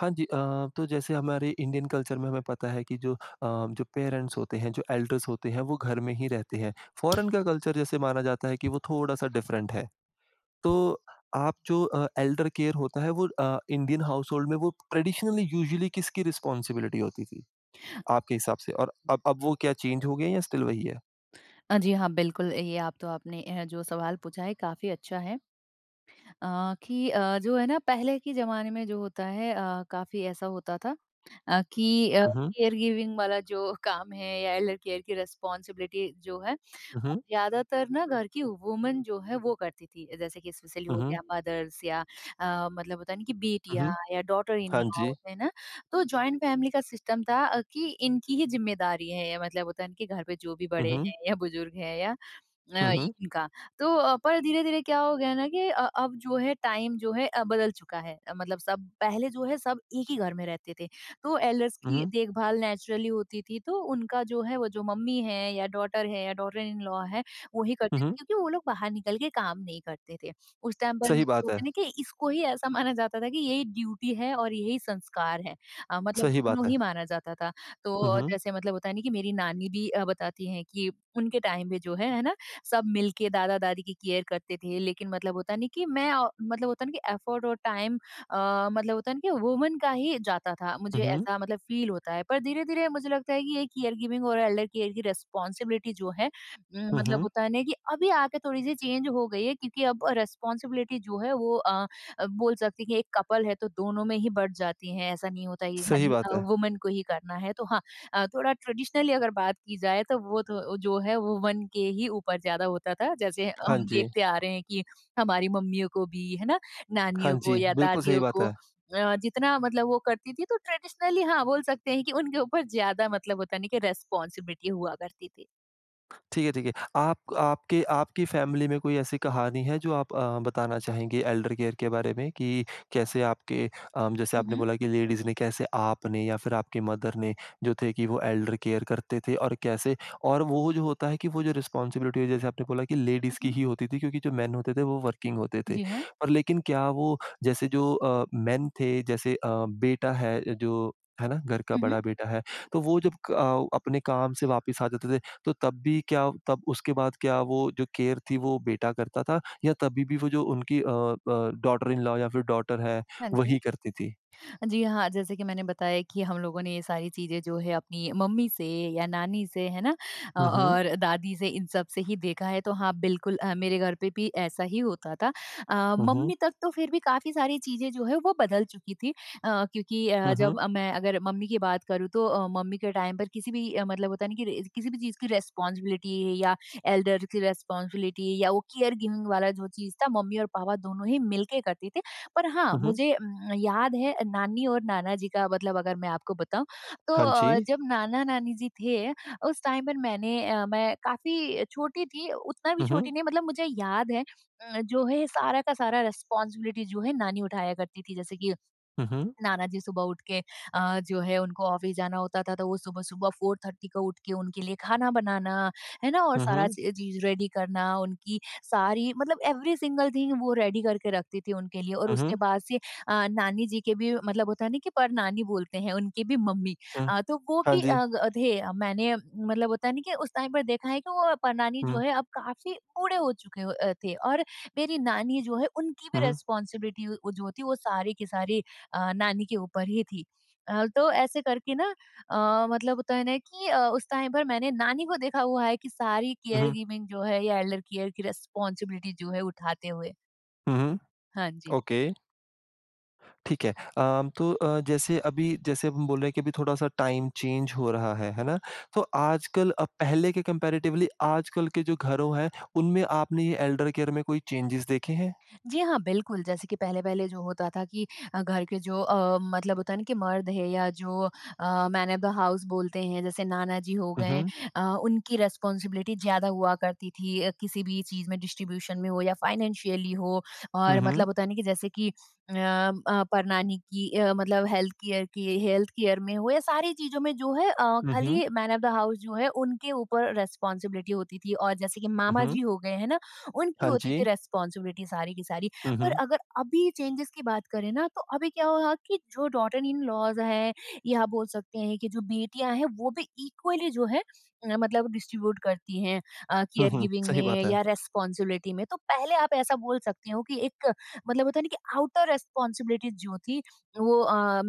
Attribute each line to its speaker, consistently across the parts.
Speaker 1: हाँ जी तो जैसे हमारे इंडियन कल्चर में हमें पता है कि जो जो पेरेंट्स होते हैं, जो एल्डर्स होते हैं, वो घर में ही रहते हैं। फ़ॉरेन का कल्चर जैसे माना जाता है कि वो थोड़ा-सा डिफ़रेंट है। तो आप जो एल्डर केयर होता है वो इंडियन हाउसहोल्ड में वो ट्रेडिशनली यूजुअली किसकी रिस्पॉन्सिबिलिटी होती थी, आपके हिसाब से? और अब वो क्या चेंज हो गया या स्टिल वही है?
Speaker 2: जी हाँ, बिल्कुल, ये आप तो आपने जो सवाल पूछा है काफ़ी अच्छा है। जो है ना, पहले के ज़माने में जो होता है, काफ़ी ऐसा होता था अ, कि अ,
Speaker 1: उहुँ,
Speaker 2: केयर गिविंग वाला जो काम है या एल्डर केयर की रिस्पॉन्सिबिलिटी जो है, वो
Speaker 1: उहुँ,
Speaker 2: ज़्यादातर ना घर की वुमन जो है वो करती थी। जैसे कि स्पेशली हो
Speaker 1: उहुँ,
Speaker 2: गया मदर्स या मतलब होता है ना कि
Speaker 1: उहुँ।
Speaker 2: बेटियाँ या डॉटर इन
Speaker 1: हाँ जी।
Speaker 2: लॉज़ है ना? तो जॉइंट फैमिली का सिस्टम था, कि इनकी ही ज़िम्मेदारी है, या मतलब होता है ना कि घर पे जो भी बड़े
Speaker 1: उहुँ,
Speaker 2: हैं या बुजुर्ग हैं या अ,
Speaker 1: उहुँ,
Speaker 2: इनका। तो पर धीरे-धीरे क्या हो गया ना कि अब जो है टाइम जो है बदल चुका है। मतलब सब पहले जो है सब एक ही घर में रहते थे, तो एल्डर्स की
Speaker 1: उहुँ,
Speaker 2: देखभाल नेचुरली होती थी, तो उनका जो है वो जो मम्मी है या डॉटर इन लॉ है, वही करते थे
Speaker 1: उहुँ।
Speaker 2: क्योंकि वो लोग बाहर निकल के काम नहीं करते थे। उस टाइम पर
Speaker 1: सही
Speaker 2: मतलब
Speaker 1: बात
Speaker 2: होता
Speaker 1: है,
Speaker 2: है ना कि इसको ही ऐसा माना जाता था कि यही ड्यूटी है और यही संस्कार है। मतलब
Speaker 1: सही
Speaker 2: दोनों
Speaker 1: बात है।
Speaker 2: ही माना जाता था। तो
Speaker 1: उहुँ,
Speaker 2: जैसे मतलब होता है ना कि मेरी नानी भी बताती हैं कि उनके टाइम पे जो है ना? सब मिलके दादा-दादी की केयर करते थे। लेकिन मतलब होता नहीं कि मैं मतलब होता है ना कि एफर्ट और टाइम अ, मतलब होता है ना कि वुमन का ही जाता था। मुझे हुँ।
Speaker 1: उहुँ,
Speaker 2: ऐसा मतलब फील होता है। पर धीरे-धीरे मुझे लगता है कि ये केयर गिविंग और एल्डर केयर की रिस्पॉन्सिबिलिटी जो है मतलब
Speaker 1: उहुँ।
Speaker 2: होता है ना कि अभी आके थोड़ी-सी चेंज हो गई है, क्योंकि अब रिस्पॉन्सिबिलिटी जो है वो बोल सकते हैं कि एक कपल है तो दोनों में ही बँट जाती हैं। ऐसा नहीं होता है कि
Speaker 1: सही
Speaker 2: खाली
Speaker 1: बात है।
Speaker 2: वुमन को ही करना है। तो हाँ, थोड़ा ट्रेडिशनली अगर बात की जाए तो वो तो जो है वो 1 के ही ऊपर ज़्यादा होता था। जैसे हम हुँ।
Speaker 1: 한지
Speaker 2: देखते आ रहे हैं कि हमारी मम्मियों को भी, है ना, नानियों को
Speaker 1: 한지,
Speaker 2: या
Speaker 1: 완전히
Speaker 2: दादियों को
Speaker 1: 맞아요.
Speaker 2: जितना मतलब वो करती थी, तो ट्रेडिशनली हाँ, बोल सकते हैं कि उनके ऊपर ज़्यादा मतलब होता नहीं कि रिस्पॉन्सिबिलिटी हुआ करती थी।
Speaker 1: ठीक है, ठीक है। आप आपके आपकी फैमिली में कोई ऐसी कहानी है जो आप बताना चाहेंगे एल्डर केयर के बारे में कि कैसे आपके जैसे
Speaker 2: हुँ,
Speaker 1: आपने
Speaker 2: हुँ।
Speaker 1: बोला कि लेडीज़ ने कैसे आपने या फिर आपकी मदर ने जो थे कि वो एल्डर केयर करते थे और कैसे और वो जो होता है कि वो जो रिस्पॉन्सिबिलिटी है जैसे आपने बोला कि
Speaker 2: हुँ,
Speaker 1: लेडीज़ की
Speaker 2: हुँ।
Speaker 1: ही होती थी क्योंकि जो मेन होते थे वो वर्किंग होते थे।
Speaker 2: जी हाँ।
Speaker 1: पर लेकिन क्या वो जैसे जो मेन थे जैसे बेटा है जो है ना, घर का
Speaker 2: हुँ, हुँ।
Speaker 1: बड़ा बेटा है, तो वो जब अपने काम से वापस आ जाते थे तो तब भी क्या तब उसके बाद क्या वो जो केयर थी वो बेटा करता था या तभी भी वो जो उनकी डॉटर इन लॉ या फिर डॉटर है
Speaker 2: हाँ जी।
Speaker 1: वही करती थी?
Speaker 2: जी हाँ, जैसे कि मैंने बताया कि हम लोगों ने ये सारी चीज़ें जो है अपनी मम्मी से या नानी से, है ना?
Speaker 1: हुँ, हुँ।
Speaker 2: और दादी से, इन सब से ही देखा है, तो हाँ, बिल्कुल मेरे घर पे भी ऐसा ही होता था।
Speaker 1: हुँ, हुँ।
Speaker 2: मम्मी तक तो फिर भी काफ़ी सारी चीज़ें जो है वो बदल चुकी थी, क्योंकि
Speaker 1: हुँ,
Speaker 2: जब
Speaker 1: हुँ।
Speaker 2: मैं अगर मम्मी की बात करूँ तो मम्मी के टाइम पर किसी भी मतलब होता है ना कि किसी भी चीज़ की रिस्पॉन्सिबिलिटी है या एल्डर की रिस्पॉन्सिबिलिटी या वो केयर गिविंग वाला जो चीज़ था, मम्मी और पापा दोनों ही मिलके करते थे। पर हाँ,
Speaker 1: हुँ, हुँ।
Speaker 2: मुझे याद है नानी और नाना जी का, मतलब अगर मैं आपको बताऊँ तो
Speaker 1: हाँ जी।
Speaker 2: जब नाना-नानी जी थे, उस टाइम पर मैं काफ़ी छोटी थी, उतना भी
Speaker 1: हुँ,
Speaker 2: छोटी
Speaker 1: हुँ।
Speaker 2: नहीं, मतलब मुझे याद है जो है सारा का सारा रिस्पॉन्सिबिलिटी जो है नानी उठाया करती थी। जैसे कि
Speaker 1: हुँ, हुँ।
Speaker 2: नानाजी सुबह उठ के जो है उनको ऑफिस जाना होता था तो वो सुबह-सुबह 4:30 को उठ के उनके लिए खाना बनाना, है ना? और
Speaker 1: हुँ,
Speaker 2: सारा
Speaker 1: हुँ।
Speaker 2: ची चीज़ रेडी करना, उनकी सारी, मतलब एवरी सिंगल थिंग वो रेडी करके रखती थी उनके लिए। और
Speaker 1: हुँ,
Speaker 2: उसके
Speaker 1: हुँ।
Speaker 2: बाद से नानी जी के भी, मतलब होता है ना कि परनानी बोलते हैं, उनकी भी मम्मी
Speaker 1: हुँ।
Speaker 2: तो वो
Speaker 1: हाँ
Speaker 2: भी
Speaker 1: जी।
Speaker 2: अ, ग थे। मैंने, मतलब होता है ना कि उस टाइम पर देखा है कि वो परनानी जो
Speaker 1: हुँ।
Speaker 2: है अब काफ़ी बूढ़े हो चुके हो अ, थे, और मेरी नानी जो है उनकी
Speaker 1: हुँ,
Speaker 2: भी
Speaker 1: हुँ।
Speaker 2: रिस्पॉन्सिबिलिटी वो जो थी वो सारी की सारी नानी के ऊपर ही थी। तो ऐसे करके ना मतलब होता है ना कि उस टाइम पर मैंने नानी को देखा हुआ है कि सारी
Speaker 1: हुँ,
Speaker 2: केयर
Speaker 1: हुँ।
Speaker 2: गिविंग जो है या एल्डर केयर की रिस्पॉन्सिबिलिटी जो है उठाते हुए।
Speaker 1: हुँ, हुँ।
Speaker 2: हाँ जी।
Speaker 1: ओके, ठीक है। तो जैसे अभी जैसे हम बोल रहे हैं कि अभी थोड़ा-सा टाइम चेंज हो रहा है ना? तो आजकल अब पहले के कंपैरेटिवली आजकल के जो घरों हैं, उनमें आपने ये एल्डर केयर में कोई चेंजेज़ देखे हैं?
Speaker 2: जी हाँ, बिल्कुल, जैसे कि पहले-पहले जो होता था कि घर के जो मतलब होता है ना कि मर्द है या जो मैन ऑफ द हाउस बोलते हैं, जैसे नाना जी हो
Speaker 1: हुँ,
Speaker 2: गए,
Speaker 1: हुँ।
Speaker 2: उनकी रिस्पॉन्सिबिलिटी ज़्यादा हुआ करती थी, किसी भी चीज़ में डिस्ट्रीब्यूशन में हो या फाइनेंशियली हो।
Speaker 1: हुँ,
Speaker 2: और मतलब
Speaker 1: हुँ।
Speaker 2: होता है ना कि जैसे कि परनानी की मतलब हेल्थ केयर में हो या सारी चीज़ों में, जो है
Speaker 1: हुँ, हुँ।
Speaker 2: खाली मैन ऑफ द हाउस जो है उनके ऊपर रिस्पॉन्सिबिलिटी होती थी। और जैसे कि
Speaker 1: हुँ,
Speaker 2: मामा
Speaker 1: हुँ।
Speaker 2: जी हो गए, है ना? उनकी
Speaker 1: हाँ
Speaker 2: होती थी
Speaker 1: जी।
Speaker 2: रिस्पॉन्सिबिलिटी सारी की सारी।
Speaker 1: हुँ,
Speaker 2: पर
Speaker 1: हुँ।
Speaker 2: अगर अभी चेंजेस की बात करें ना, तो अभी क्या हुआ कि जो डॉटर इन लॉज है या बोल सकते हैं कि जो बेटियां हैं वो भी इक्वली जो है मतलब डिस्ट्रीब्यूट करती हैं
Speaker 1: हुँ,
Speaker 2: केयर
Speaker 1: हुँ।
Speaker 2: गिविंग
Speaker 1: सही
Speaker 2: में
Speaker 1: बात है।
Speaker 2: या रेस्पॉन्सिबिलिटी में, तो पहले आप ऐसा बोल सकते हो कि एक, मतलब होता है ना कि आउटर रेस्पॉन्सिबिलिटी जो थी वो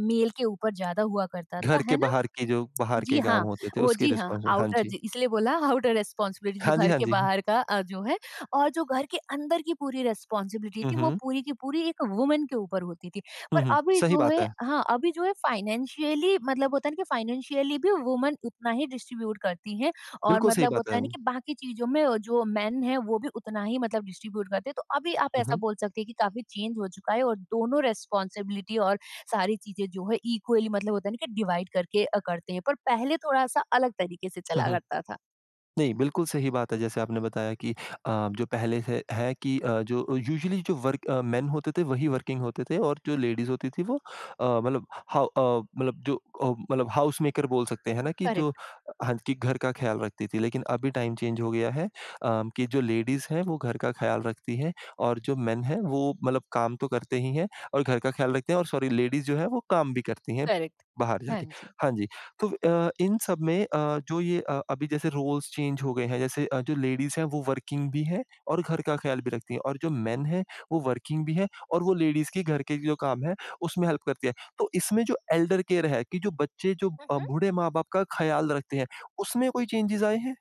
Speaker 2: मेल के ऊपर ज्यादा हुआ करता था,
Speaker 1: घर
Speaker 2: है
Speaker 1: के
Speaker 2: ना?
Speaker 1: बाहर की जो बाहर
Speaker 2: जी
Speaker 1: के
Speaker 2: हाँ,
Speaker 1: काम होते थे
Speaker 2: वो
Speaker 1: उसकी
Speaker 2: जी हाँ,
Speaker 1: रिस्पॉन्सिबल हाँ
Speaker 2: आउटर,
Speaker 1: जी।
Speaker 2: जी इसलिए बोला आउटर रिस्पॉन्सिबिलिटी, जो
Speaker 1: हाँ जी,
Speaker 2: घर
Speaker 1: हाँ
Speaker 2: के
Speaker 1: जी।
Speaker 2: बाहर का जो है। और जो घर के अंदर की पूरी रिस्पॉन्सिबिलिटी
Speaker 1: हुँ,
Speaker 2: थी वो
Speaker 1: हुँ।
Speaker 2: पूरी की पूरी एक वुमन के ऊपर होती थी। पर
Speaker 1: हुँ, हुँ।
Speaker 2: अभी
Speaker 1: सही
Speaker 2: जो
Speaker 1: बात
Speaker 2: है,
Speaker 1: है।
Speaker 2: हाँ, अभी जो है फाइनेंशियली, मतलब होता है ना कि फाइनेंशियली भी वुमन उतना ही डिस्ट्रीब्यूट करती हैं और
Speaker 1: बिल्कुल सही
Speaker 2: मतलब
Speaker 1: बात
Speaker 2: होता
Speaker 1: है।
Speaker 2: है ना
Speaker 1: हुँ,
Speaker 2: कि बाकी चीज़ों में जो मेन हैं वो भी उतना ही मतलब डिस्ट्रीब्यूट करते हैं। तो अभी आप ऐसा
Speaker 1: हुँ।
Speaker 2: बोल सकते हैं कि काफ़ी चेंज हो चुका है, और दोनों रिस्पॉन्सिबिलिटी और सारी चीज़ें जो है इक्वली, मतलब होता है ना कि डिवाइड करके करते हैं। पर पहले थोड़ा-सा अलग तरीके से
Speaker 1: हुँ,
Speaker 2: चला
Speaker 1: हुँ।
Speaker 2: करता था।
Speaker 1: नहीं, बिल्कुल सही बात है जैसे आपने बताया कि जो पहले से है कि जो यूजुअली जो वर्क मेन होते थे वही वर्किंग होते थे और जो लेडीज़ होती थी वो मतलब मतलब जो मतलब हाउस मेकर बोल सकते हैं ना कि जो
Speaker 2: करेक्ट,
Speaker 1: हाँ, कि घर का ख्याल रखती थी। लेकिन अभी टाइम चेंज हो गया है कि जो लेडीज़ हैं वो घर का ख्याल रखती हैं और जो मेन हैं वो मतलब काम तो करते ही हैं और घर का ख्याल रखते हैं और सॉरी लेडीज़ जो है वो काम भी करती हैं,
Speaker 2: करेक्ट।
Speaker 1: बाहर
Speaker 2: हाँ
Speaker 1: जाके।
Speaker 2: जी।
Speaker 1: हाँ जी। तो इन सब में जो ये अभी जैसे रोल्स चेंज हो गए हैं जैसे जो लेडीज़ हैं वो वर्किंग भी हैं और घर का ख़्याल भी रखती हैं और जो मेन हैं वो वर्किंग भी हैं और वो लेडीज़ के घर के जो काम है उसमें हेल्प करती है। तो इसमें जो एल्डर केयर है कि जो बच्चे जो बूढ़े माँ-बाप का ख़्याल रखते हैं, उसमें कोई चेंजेज़ आए हैं?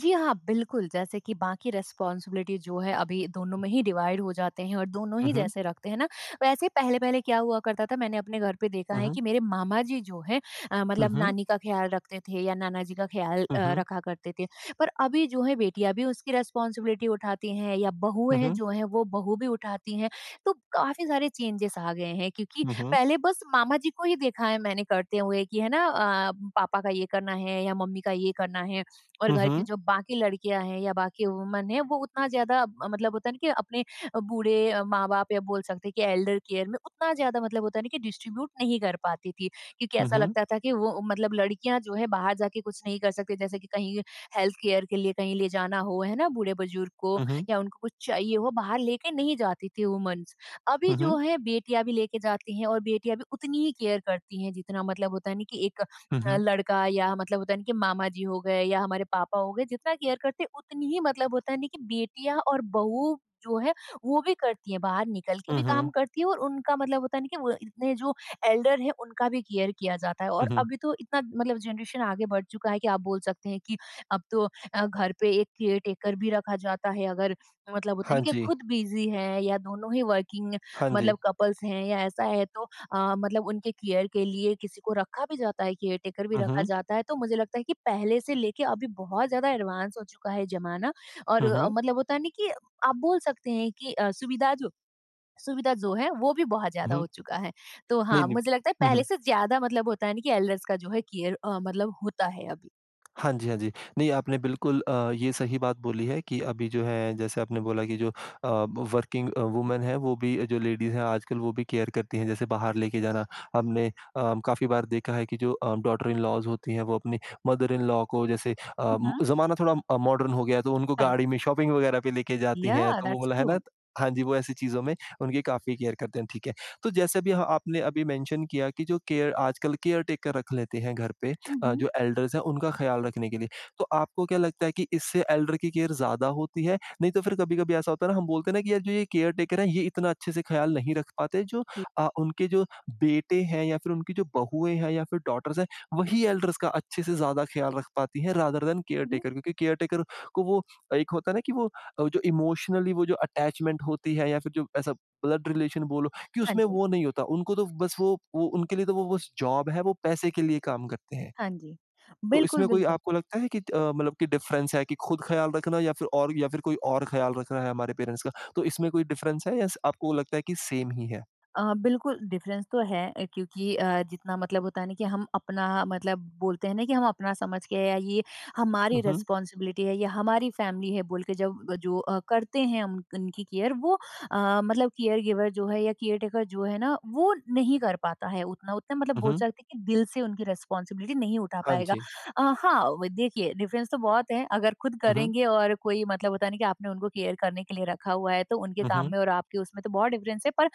Speaker 2: जी हाँ, बिल्कुल, जैसे कि बाकी रिस्पॉन्सिबिलिटी जो है अभी दोनों में ही डिवाइड हो जाते हैं और दोनों
Speaker 1: हुँ,
Speaker 2: ही
Speaker 1: हुँ।
Speaker 2: जैसे रखते हैं ना, वैसे पहले-पहले क्या हुआ करता था, मैंने अपने घर पे देखा
Speaker 1: हुँ,
Speaker 2: है
Speaker 1: हुँ।
Speaker 2: कि मेरे मामा जी जो हैं मतलब
Speaker 1: हुँ,
Speaker 2: नानी का ख़्याल रखते थे या नाना जी का ख़्याल
Speaker 1: हुँ।
Speaker 2: रखा करते थे। पर अभी जो है बेटियाँ भी उसकी रिस्पॉन्सिबिलिटी उठाती हैं या बहुएँ
Speaker 1: हुँ,
Speaker 2: हैं
Speaker 1: हुँ।
Speaker 2: जो हैं वो बहू भी उठाती हैं, तो काफ़ी सारे चेंजेस आ गए हैं। क्योंकि
Speaker 1: हुँ, हुँ।
Speaker 2: पहले बस मामा जी को ही देखा है मैंने करते हुए कि है ना पापा का ये करना है या मम्मी का ये करना है। और
Speaker 1: हुँ,
Speaker 2: घर की
Speaker 1: हुँ।
Speaker 2: जो बाकी लड़कियाँ हैं या बाकी वुमन है वो उतना ज़्यादा, मतलब होता है ना कि अपने बूढ़े माँ-बाप, या बोल सकते हैं कि एल्डर केयर में उतना ज़्यादा मतलब होता है ना कि डिस्ट्रीब्यूट नहीं कर पाती थी। क्योंकि
Speaker 1: हुँ,
Speaker 2: ऐसा
Speaker 1: हुँ।
Speaker 2: लगता था कि वो मतलब लड़कियाँ जो है बाहर जाके कुछ नहीं कर सकती, जैसे कि कहीं हेल्थ केयर के लिए कहीं ले जाना हो, है ना? बूढ़े-बुजुर्ग को
Speaker 1: हुँ, हुँ।
Speaker 2: या उनको कुछ चाहिए हो, बाहर लेके नहीं जाती थी वुमन्स। अभी
Speaker 1: हुँ,
Speaker 2: जो
Speaker 1: हुँ।
Speaker 2: है बेटियाँ भी लेके जाती हैं और बेटियाँ भी उतनी ही केयर करती हैं जितना, मतलब होता है ना कि एक
Speaker 1: हुँ, हुँ।
Speaker 2: लड़का या मतलब होता है ना कि मामा जी हो गए या हमारे पापा हो गए, जितना केयर करते हैं उतनी ही, मतलब होता है ना कि बेटियां और बहू जो है वो भी करती है, बाहर निकल के
Speaker 1: हुँ,
Speaker 2: भी
Speaker 1: हुँ। हुँ,
Speaker 2: काम
Speaker 1: हुँ।
Speaker 2: करती है और उनका, मतलब होता है ना कि वो इतने जो एल्डर है उनका भी केयर किया जाता है। और
Speaker 1: हुँ, हुँ।
Speaker 2: अभी तो इतना मतलब जनरेशन आगे बढ़ चुका है कि आप बोल सकते हैं कि अब तो घर पे एक केयर टेकर भी रखा जाता है, अगर मतलब होता है
Speaker 1: हाँ
Speaker 2: ना कि
Speaker 1: जी।
Speaker 2: खुद बिजी है या दोनों ही वर्किंग,
Speaker 1: हाँ जी।
Speaker 2: मतलब कपल्स हैं या ऐसा है तो मतलब उनके केयर के लिए किसी को रखा भी जाता है, केयर टेकर भी
Speaker 1: हुँ,
Speaker 2: रखा
Speaker 1: हुँ।
Speaker 2: जाता है। तो मुझे लगता है कि पहले से लेके अभी बहुत ज़्यादा एडवांस हो चुका है ज़माना और
Speaker 1: हुँ, हुँ।
Speaker 2: मतलब होता है ना कि आप बोल सकते हैं कि सुविधा जो है वो भी बहुत
Speaker 1: हुँ,
Speaker 2: ज़्यादा
Speaker 1: हुँ।
Speaker 2: हो चुका है। तो
Speaker 1: नहीं,
Speaker 2: हाँ,
Speaker 1: नहीं।
Speaker 2: मुझे लगता है
Speaker 1: हुँ,
Speaker 2: पहले
Speaker 1: हुँ।
Speaker 2: से ज़्यादा, मतलब होता है ना कि एल्डर्स का जो है केयर मतलब होता है अभी।
Speaker 1: हाँ जी, हाँ जी। नहीं, आपने बिल्कुल ये सही बात बोली है कि अभी जो है जैसे आपने बोला कि जो वर्किंग वूमेन है वो भी जो लेडीज़ हैं आजकल वो भी केयर करती हैं जैसे बाहर लेके जाना। हमने काफ़ी बार देखा है कि जो डॉटर इन लॉज़ होती हैं वो अपनी मदर इन लॉ को जैसे
Speaker 2: Mhm.
Speaker 1: ज़माना थोड़ा मॉडर्न हो गया है तो उनको
Speaker 2: Correct.
Speaker 1: गाड़ी में शॉपिंग वग़ैरह पे लेके जाती हैं
Speaker 2: Yeah,
Speaker 1: तो वो
Speaker 2: that's
Speaker 1: मतलब है ना?
Speaker 2: true.
Speaker 1: हाँ जी, वो ऐसी चीज़ों में उनकी काफ़ी केयर करते हैं, ठीक है। तो जैसे अभी ह आपने अभी मेंशन किया कि जो केयर आजकल केयर टेकर रख लेते हैं घर पे
Speaker 2: Mm-hmm.
Speaker 1: जो एल्डर्स हैं उनका ख्याल रखने के लिए। तो आपको क्या लगता है कि इससे एल्डर की केयर ज़्यादा होती है? नहीं तो फिर कभी-कभी ऐसा होता है ना हम बोलते हैं ना कि यार जो ये केयर टेकर हैं ये इतना अच्छे से ख्याल नहीं रख पाते जो
Speaker 2: Yeah.
Speaker 1: उनके जो बेटे हैं या फिर उनकी जो बहुएँ हैं या फिर डॉटर्स हैं वही एल्डर्स का अच्छे से ज़्यादा ख्याल रख पाती हैं रादर दैन केयर
Speaker 2: Mhm. हुँ, हुँ। जी। हुँ, हुँ।
Speaker 1: टेकर क्योंकि केयर टेकर को वो एक होता है ना कि वो जो इमोशनली वो जो अटैचमेंट होती है या फिर जो ऐसा ब्लड रिलेशन बोलो कि
Speaker 2: हाँ
Speaker 1: उसमें
Speaker 2: जी,
Speaker 1: वो नहीं होता। उनको तो बस वो उनके लिए तो वो बस जॉब है, वो पैसे के लिए काम करते हैं।
Speaker 2: हाँ जी।
Speaker 1: तो
Speaker 2: बिल्कुल,
Speaker 1: इसमें कोई
Speaker 2: बिल्कुल।
Speaker 1: आपको लगता है कि मतलब कि डिफरेंस है कि खुद ख़्याल रखना या फिर और या फिर कोई और ख़्याल रख रहा है हमारे पेरेंट्स का, तो इसमें कोई डिफरेंस है या स आपको लगता है कि सेम ही है?
Speaker 2: बिल्कुल डिफरेंस तो है, क्योंकि जितना मतलब होता है ना कि हम अपना मतलब बोलते हैं ना कि हम अपना समझ के या ये हमारी
Speaker 1: हुँ, हुँ,
Speaker 2: रिस्पॉन्सिबिलिटी है या हमारी फैमिली है बोल के जब जो करते हैं हम उनकी केयर वो मतलब केयर गिवर जो है या केयर टेकर जो है ना वो नहीं कर पाता है उतना उतना मतलब
Speaker 1: हुँ,
Speaker 2: बोल
Speaker 1: हुँ।
Speaker 2: सकते हैं कि दिल से उनकी रिस्पॉन्सिबिलिटी नहीं उठा
Speaker 1: हाँ
Speaker 2: पाएगा।
Speaker 1: जी।
Speaker 2: हाँ वो देखिए डिफरेंस तो बहुत है अगर खुद
Speaker 1: हुँ, हुँ,
Speaker 2: करेंगे और कोई मतलब होता नहीं कि आपने उनको केयर करने के लिए रखा हुआ है तो उनके
Speaker 1: हुँ,
Speaker 2: काम
Speaker 1: हुँ।
Speaker 2: में और आपके उसमें तो बहुत डिफरेंस है। पर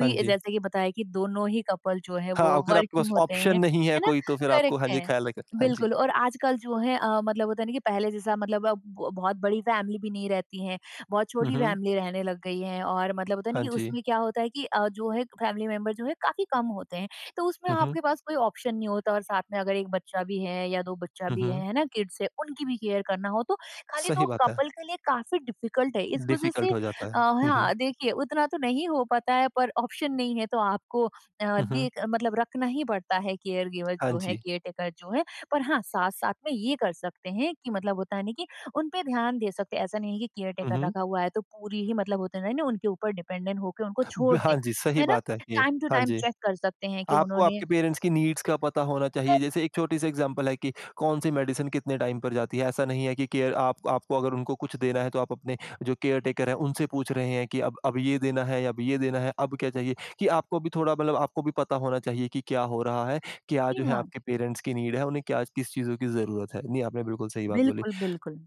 Speaker 1: हाँ जी।
Speaker 2: जैसे कि बताया कि दोनों ही कपल जो है
Speaker 1: हाँ,
Speaker 2: वो
Speaker 1: अगर आपके पास
Speaker 2: वर्किंग होते हैं,
Speaker 1: ऑप्शन नहीं है
Speaker 2: है ना?
Speaker 1: कोई तो फिर आपको हाँ
Speaker 2: करेक्ट
Speaker 1: जी,
Speaker 2: है।
Speaker 1: ख़्याल रख हाँ जी।
Speaker 2: बिल्कुल। और आजकल जो है मतलब होता है ना कि पहले जैसा मतलब अब ब बहुत बड़ी फैमिली भी नहीं रहती है, बहुत
Speaker 1: हुँ,
Speaker 2: छोटी
Speaker 1: हुँ।
Speaker 2: फैमिली रहने लग गई है और मतलब होता है ना
Speaker 1: हाँ
Speaker 2: कि
Speaker 1: जी।
Speaker 2: उसमें क्या होता है कि जो है फैमिली मेंबर जो है काफ़ी कम होते हैं, तो उसमें
Speaker 1: हुँ, हुँ,
Speaker 2: आपके पास कोई ऑप्शन नहीं होता। और साथ में अगर 1 बच्चा भी है या 2 बच्चा
Speaker 1: हुँ,
Speaker 2: भी
Speaker 1: हुँ।
Speaker 2: है ना? किड्स है, उनकी भी केयर करना हो तो खाली 2
Speaker 1: सही बात है।
Speaker 2: कपल के लिए काफ़ी डिफ़िकल्ट है। इस वज़ह
Speaker 1: डिफ़िकल्ट
Speaker 2: से
Speaker 1: हो जाता है। हुँ, हुँ,
Speaker 2: हाँ, देखिए उतना तो नहीं हो पाता है पर ऑप्शन नहीं है तो आपको
Speaker 1: हुँ, हुँ।
Speaker 2: देख मतलब रखना ही पड़ता है केयरगिवर
Speaker 1: हाँ
Speaker 2: जो है,
Speaker 1: जी।
Speaker 2: केयरटेकर जो है। पर हाँ, साथ-साथ में ये कर सकते हैं कि मतलब होता है ना कि उन पे ध्यान दे सकते हैं। ऐसा नहीं है कि
Speaker 1: हुँ,
Speaker 2: केयरटेकर
Speaker 1: हुँ।
Speaker 2: रखा हुआ है तो पूरी ही मतलब होता है ना उनके ऊपर डिपेंडेंट होके उनको
Speaker 1: ब
Speaker 2: छोड़ दें,
Speaker 1: हाँ जी, सही
Speaker 2: है ना?
Speaker 1: बात है ये।
Speaker 2: टाइम टू
Speaker 1: हाँ
Speaker 2: टाइम
Speaker 1: जी।
Speaker 2: चेक कर सकते हैं कि
Speaker 1: आपको
Speaker 2: उन्होंने
Speaker 1: आपके पेरेंट्स की नीड्स का पता होना चाहिए।
Speaker 2: कर-
Speaker 1: जैसे एक छोटी-सी एग्ज़ाम्पल है कि कौन-सी मेडिसिन कितने टाइम पर जाती है। ऐसा नहीं है कि केयर आप आपको अगर उनको कुछ देना है तो आप अपने जो केयर टेकर हैं उनसे पूछ रहे हैं कि अब ये देना है, या अब ये देना है, अब क्या चाहिए? कि आपको भी थोड़ा मतलब आपको भी पता होना चाहिए कि क्या हो रहा है, क्या
Speaker 2: जी
Speaker 1: जो है
Speaker 2: हाँ,
Speaker 1: आपके पेरेंट्स की नीड है, उन्हें क्या किस चीज़ों की ज़रूरत है। नहीं, आपने बिल्कुल सही बात बोली।
Speaker 2: बिल्कुल, बिल्कुल।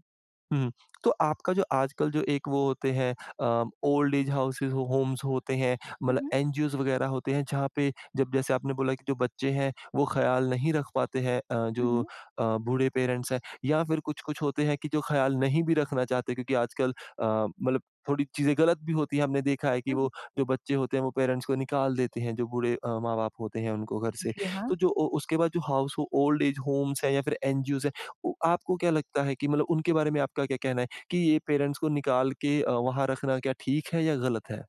Speaker 1: हुँ। तो आपका जो आजकल जो एक वो होते हैं ओल्ड एज हाउसेज़ होम्स होते हैं
Speaker 2: हुँ,
Speaker 1: मतलब
Speaker 2: हुँ।
Speaker 1: एनजीओज़ वगैरह होते हैं जहाँ पे जब जैसे आपने बोला कि जो बच्चे हैं वो ख़्याल नहीं रख पाते हैं
Speaker 2: हुँ,
Speaker 1: जो
Speaker 2: हुँ।
Speaker 1: बूढ़े पेरेंट्स हैं या फिर कुछ-कुछ होते हैं कि जो ख़्याल नहीं भी रखना चाहते क्योंकि आजकल मतलब थोड़ी चीज़ें गलत भी होती हैं। हमने देखा है कि
Speaker 2: हुँ, हुँ।
Speaker 1: वो जो बच्चे होते हैं वो पेरेंट्स को निकाल देते हैं जो बूढ़े माँ-बाप होते हैं उनको घर से।
Speaker 2: जी हाँ।
Speaker 1: तो जो ओ उसके बाद जो हाउस ओल्ड एज होम्स हैं या फिर एनजीओज़ उ आपको क्या लगता है कि मतलब उनके बारे में आपका क्या कहना है कि ये पेरेंट्स को निकाल के वहाँ रखना क्या ठीक है या गलत है?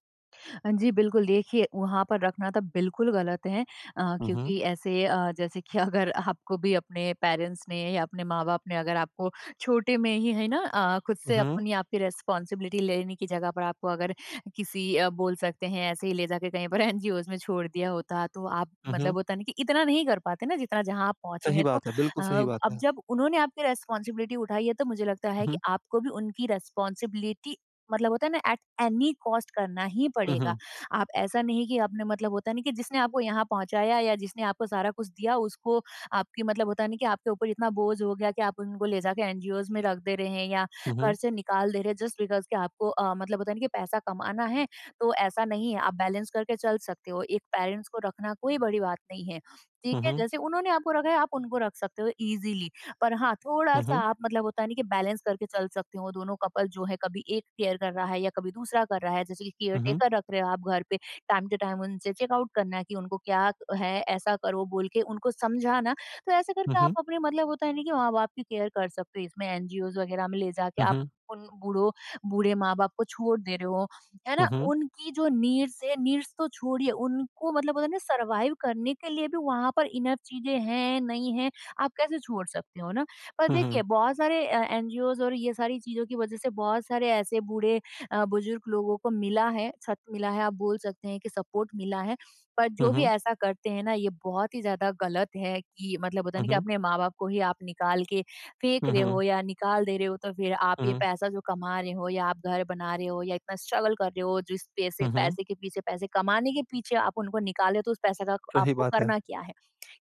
Speaker 2: जी, बिल्कुल देखिए वहाँ पर रखना तो बिल्कुल गलत है
Speaker 1: हुँ, हुँ।
Speaker 2: क्योंकि ऐसे जैसे कि अगर आपको भी अपने पेरेंट्स ने या अपने माँ-बाप ने अगर आपको छोटे में ही है ना खुद
Speaker 1: हुँ,
Speaker 2: से
Speaker 1: हुँ।
Speaker 2: अपनी आपकी रिस्पॉन्सिबिलिटी लेने की जगह पर आपको अगर किसी बोल सकते हैं ऐसे ही ले जाके कहीं पर एनजीओज़ में छोड़ दिया होता तो आप
Speaker 1: हुँ,
Speaker 2: मतलब
Speaker 1: हुँ।
Speaker 2: होता नहीं कि इतना नहीं कर पाते ना जितना जहाँ आप पहुँचे
Speaker 1: सही
Speaker 2: हैं। तो
Speaker 1: बात है,
Speaker 2: अ,
Speaker 1: बिल्कुल सही बात
Speaker 2: अब
Speaker 1: है।
Speaker 2: जब उन्होंने आपकी रिस्पॉन्सिबिलिटी उठाई है तो मुझे लगता
Speaker 1: हुँ,
Speaker 2: है कि
Speaker 1: हुँ।
Speaker 2: आपको भी उनकी रिस्पॉन्सिबिलिटी मतलब होता है ना एट एनी कॉस्ट करना ही
Speaker 1: हुँ,
Speaker 2: पड़ेगा।
Speaker 1: हुँ।
Speaker 2: आप ऐसा नहीं कि आपने मतलब होता नहीं कि जिसने आपको यहाँ पहुँचाया या जिसने आपको सारा कुछ दिया उसको आपकी मतलब होता नहीं कि आपके ऊपर इतना बोझ हो गया कि आप उनको ले जाके एनजीओज में रख दे रहे हैं या
Speaker 1: हुँ,
Speaker 2: घर
Speaker 1: हुँ।
Speaker 2: से निकाल दे रहे हैं जस्ट बिकॉज कि आपको मतलब होता नहीं कि पैसा कमाना है। तो ऐसा नहीं है, आप बैलेंस करके चल सकते हो, एक पेरेंट्स को रखना कोई बड़ी बात नहीं है। ठीक
Speaker 1: हुँ,
Speaker 2: है
Speaker 1: हुँ।
Speaker 2: जैसे उन्होंने आपको रखा है आप उनको रख सकते हो इजीली। पर हाँ,
Speaker 1: हुँ,
Speaker 2: थोड़ा-सा
Speaker 1: हुँ।
Speaker 2: आप मतलब होता है नहीं कि बैलेंस करके चल सकते हो, दोनों कपल जो है कभी एक केयर कर रहा है या कभी दूसरा कर रहा है, जैसे कि केयर
Speaker 1: हुँ, हुँ।
Speaker 2: टेकर रख रहे हो आप घर पे, टाइम टू टाइम उनसे चेकआउट करना कि उनको क्या है, ऐसा करो बोल के उनको समझाना। तो ऐसा
Speaker 1: हुँ,
Speaker 2: करके आप
Speaker 1: हुँ।
Speaker 2: अपने मतलब होता है नहीं कि माँ-बाप की केयर कर सकते हो, इसमें एनजीओज़ वगैरह में ले जाके आप उन बूढ़ों बूढ़े माँ-बाप को छोड़ दे रहे हो, है ना?
Speaker 1: हुँ, हुँ।
Speaker 2: उनकी जो नीड्स है, नीड्स तो छोड़िए, उनको मतलब होता है ना सर्वाइव करने के लिए भी वहाँ पर इनफ चीज़ें हैं, नहीं हैं। आप कैसे छोड़ सकते हो ना? पर
Speaker 1: हुँ,
Speaker 2: देखिए
Speaker 1: हुँ।
Speaker 2: बहुत सारे एनजीओज़ और ये सारी चीज़ों की वज़ह से बहुत सारे ऐसे बूढ़े बुज़ुर्ग लोगों को मिला है, छत मिला है, आप बोल सकते हैं कि सपोर्ट मिला है। पर
Speaker 1: हुँ,
Speaker 2: जो भी
Speaker 1: हुँ।
Speaker 2: ऐसा करते हैं ना ये बहुत ही ज़्यादा गलत है कि मतलब होता है
Speaker 1: हुँ,
Speaker 2: ना कि
Speaker 1: हुँ।
Speaker 2: अपने माँ-बाप को ही आप निकाल के फेंक
Speaker 1: हुँ,
Speaker 2: रहे हो
Speaker 1: हुँ।
Speaker 2: या निकाल दे रहे हो तो फिर आप
Speaker 1: हुँ,
Speaker 2: ये
Speaker 1: हुँ।
Speaker 2: पैसा जो कमा रहे हो या आप घर बना रहे हो या इतना स्ट्रगल कर रहे हो, जिस पैसे
Speaker 1: हुँ, हुँ।
Speaker 2: पैसे के पीछे पैसे कमाने के पीछे आप उनको निकाले तो उस पैसे का
Speaker 1: सही
Speaker 2: आपको
Speaker 1: बात है,
Speaker 2: करना क्या है?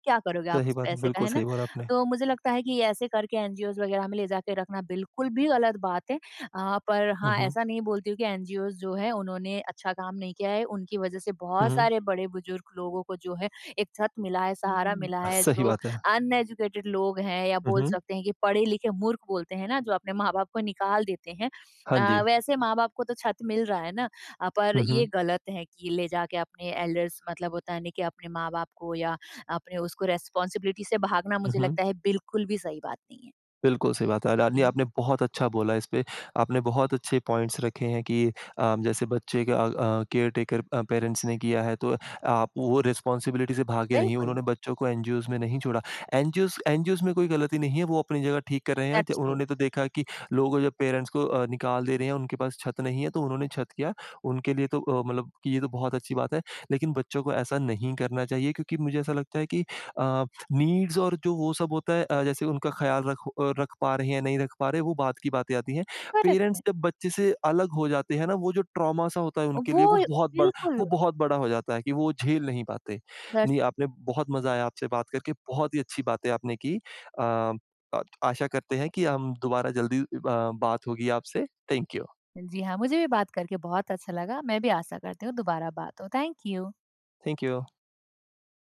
Speaker 2: क्या करोगे आप
Speaker 1: सही
Speaker 2: उस
Speaker 1: बात है।
Speaker 2: पैसे का,
Speaker 1: बिल्कुल
Speaker 2: है ना?
Speaker 1: सही बोला आपने।
Speaker 2: तो मुझे लगता है कि ये ऐसे करके एनजीओज़ वगैरह में ले जाके रखना बिल्कुल भी गलत बात है। पर
Speaker 1: हुँ,
Speaker 2: हाँ,
Speaker 1: हुँ।
Speaker 2: ऐसा नहीं बोलती हूँ कि एनजीओज़ जो है उन्होंने अच्छा काम नहीं किया है, उनकी वज़ह से
Speaker 1: हुँ,
Speaker 2: बहुत
Speaker 1: हुँ।
Speaker 2: सारे बड़े-बुजुर्ग लोगों को जो है एक छत मिला है, सहारा मिला है,
Speaker 1: सही
Speaker 2: जो
Speaker 1: बात है।
Speaker 2: अनएजुकेटेड लोग हैं या
Speaker 1: हुँ,
Speaker 2: बोल
Speaker 1: हुँ।
Speaker 2: सकते हैं कि पढ़े-लिखे मूर्ख बोलते हैं ना, जो अपने माँ-बाप को निकाल देते हैं।
Speaker 1: हाँ जी।
Speaker 2: वैसे माँ-बाप को तो छत मिल रहा है ना। पर
Speaker 1: हुँ,
Speaker 2: ये
Speaker 1: हुँ।
Speaker 2: गलत है कि ले जाके अपने एल्डर्स मतलब होता है ना कि अपने माँ-बाप को या आपने उसको रिस्पॉन्सिबिलिटी से भागना
Speaker 1: हुँ,
Speaker 2: मुझे
Speaker 1: हुँ।
Speaker 2: लगता है बिल्कुल भी सही बात नहीं है।
Speaker 1: बिल्कुल, सही बात है।
Speaker 2: जी
Speaker 1: लाडली,
Speaker 2: हाँ,
Speaker 1: आपने बहुत अच्छा बोला इस पे। आपने बहुत अच्छे पॉइंट्स रखे हैं कि जैसे बच्चे का केयर टेकर पेरेंट्स ने किया है, तो आप वो रिस्पॉन्सिबिलिटी से भागे नहीं,
Speaker 2: बिल्कुल,
Speaker 1: उन्होंने बच्चों को एनजीओज़ में नहीं छोड़ा। एनजीओज़ एनजीओज़ में कोई गलती नहीं है, वो अपनी जगह ठीक कर रहे हैं। ज
Speaker 2: दैट्स ट्रू,
Speaker 1: उन्होंने तो देखा कि लोग जब पेरेंट्स को निकाल दे रहे हैं, उनके पास छत नहीं है, तो उन्होंने छत किया। उनके लिए तो मतलब कि ये तो बहुत अच्छी बात है, लेकिन बच्चों को ऐसा नहीं करना चाहिए क्योंकि मुझे ऐसा लगता है कि अ, नीड्स और जो वो सब होता है जैसे उनका ख्याल रख पा रहे हैं या नहीं रख पा रहे, वो बात की बातें आती हैं।
Speaker 2: करेक्ट है।
Speaker 1: पेरेंट्स जब बच्चे से अलग हो जाते हैं ना, वो जो ट्रॉमा सा होता है उनके
Speaker 2: वो
Speaker 1: लिए
Speaker 2: बिल्कुल,
Speaker 1: वो बहुत बड़ा हो जाता है कि वो झेल नहीं पाते।
Speaker 2: दैट्स
Speaker 1: नहीं, आपने बहुत मज़ा आया आपसे बात करके, बहुत ही अच्छी बातें आपने की। अ, आशा करते हैं कि हम दोबारा जल्दी बात होगी आपसे। Thank you.
Speaker 2: जी हाँ, मुझे भी बात करके बहुत अच्छा लगा। मैं भी आशा करती हूँ दोबारा बात हो। Thank you.
Speaker 1: Thank you.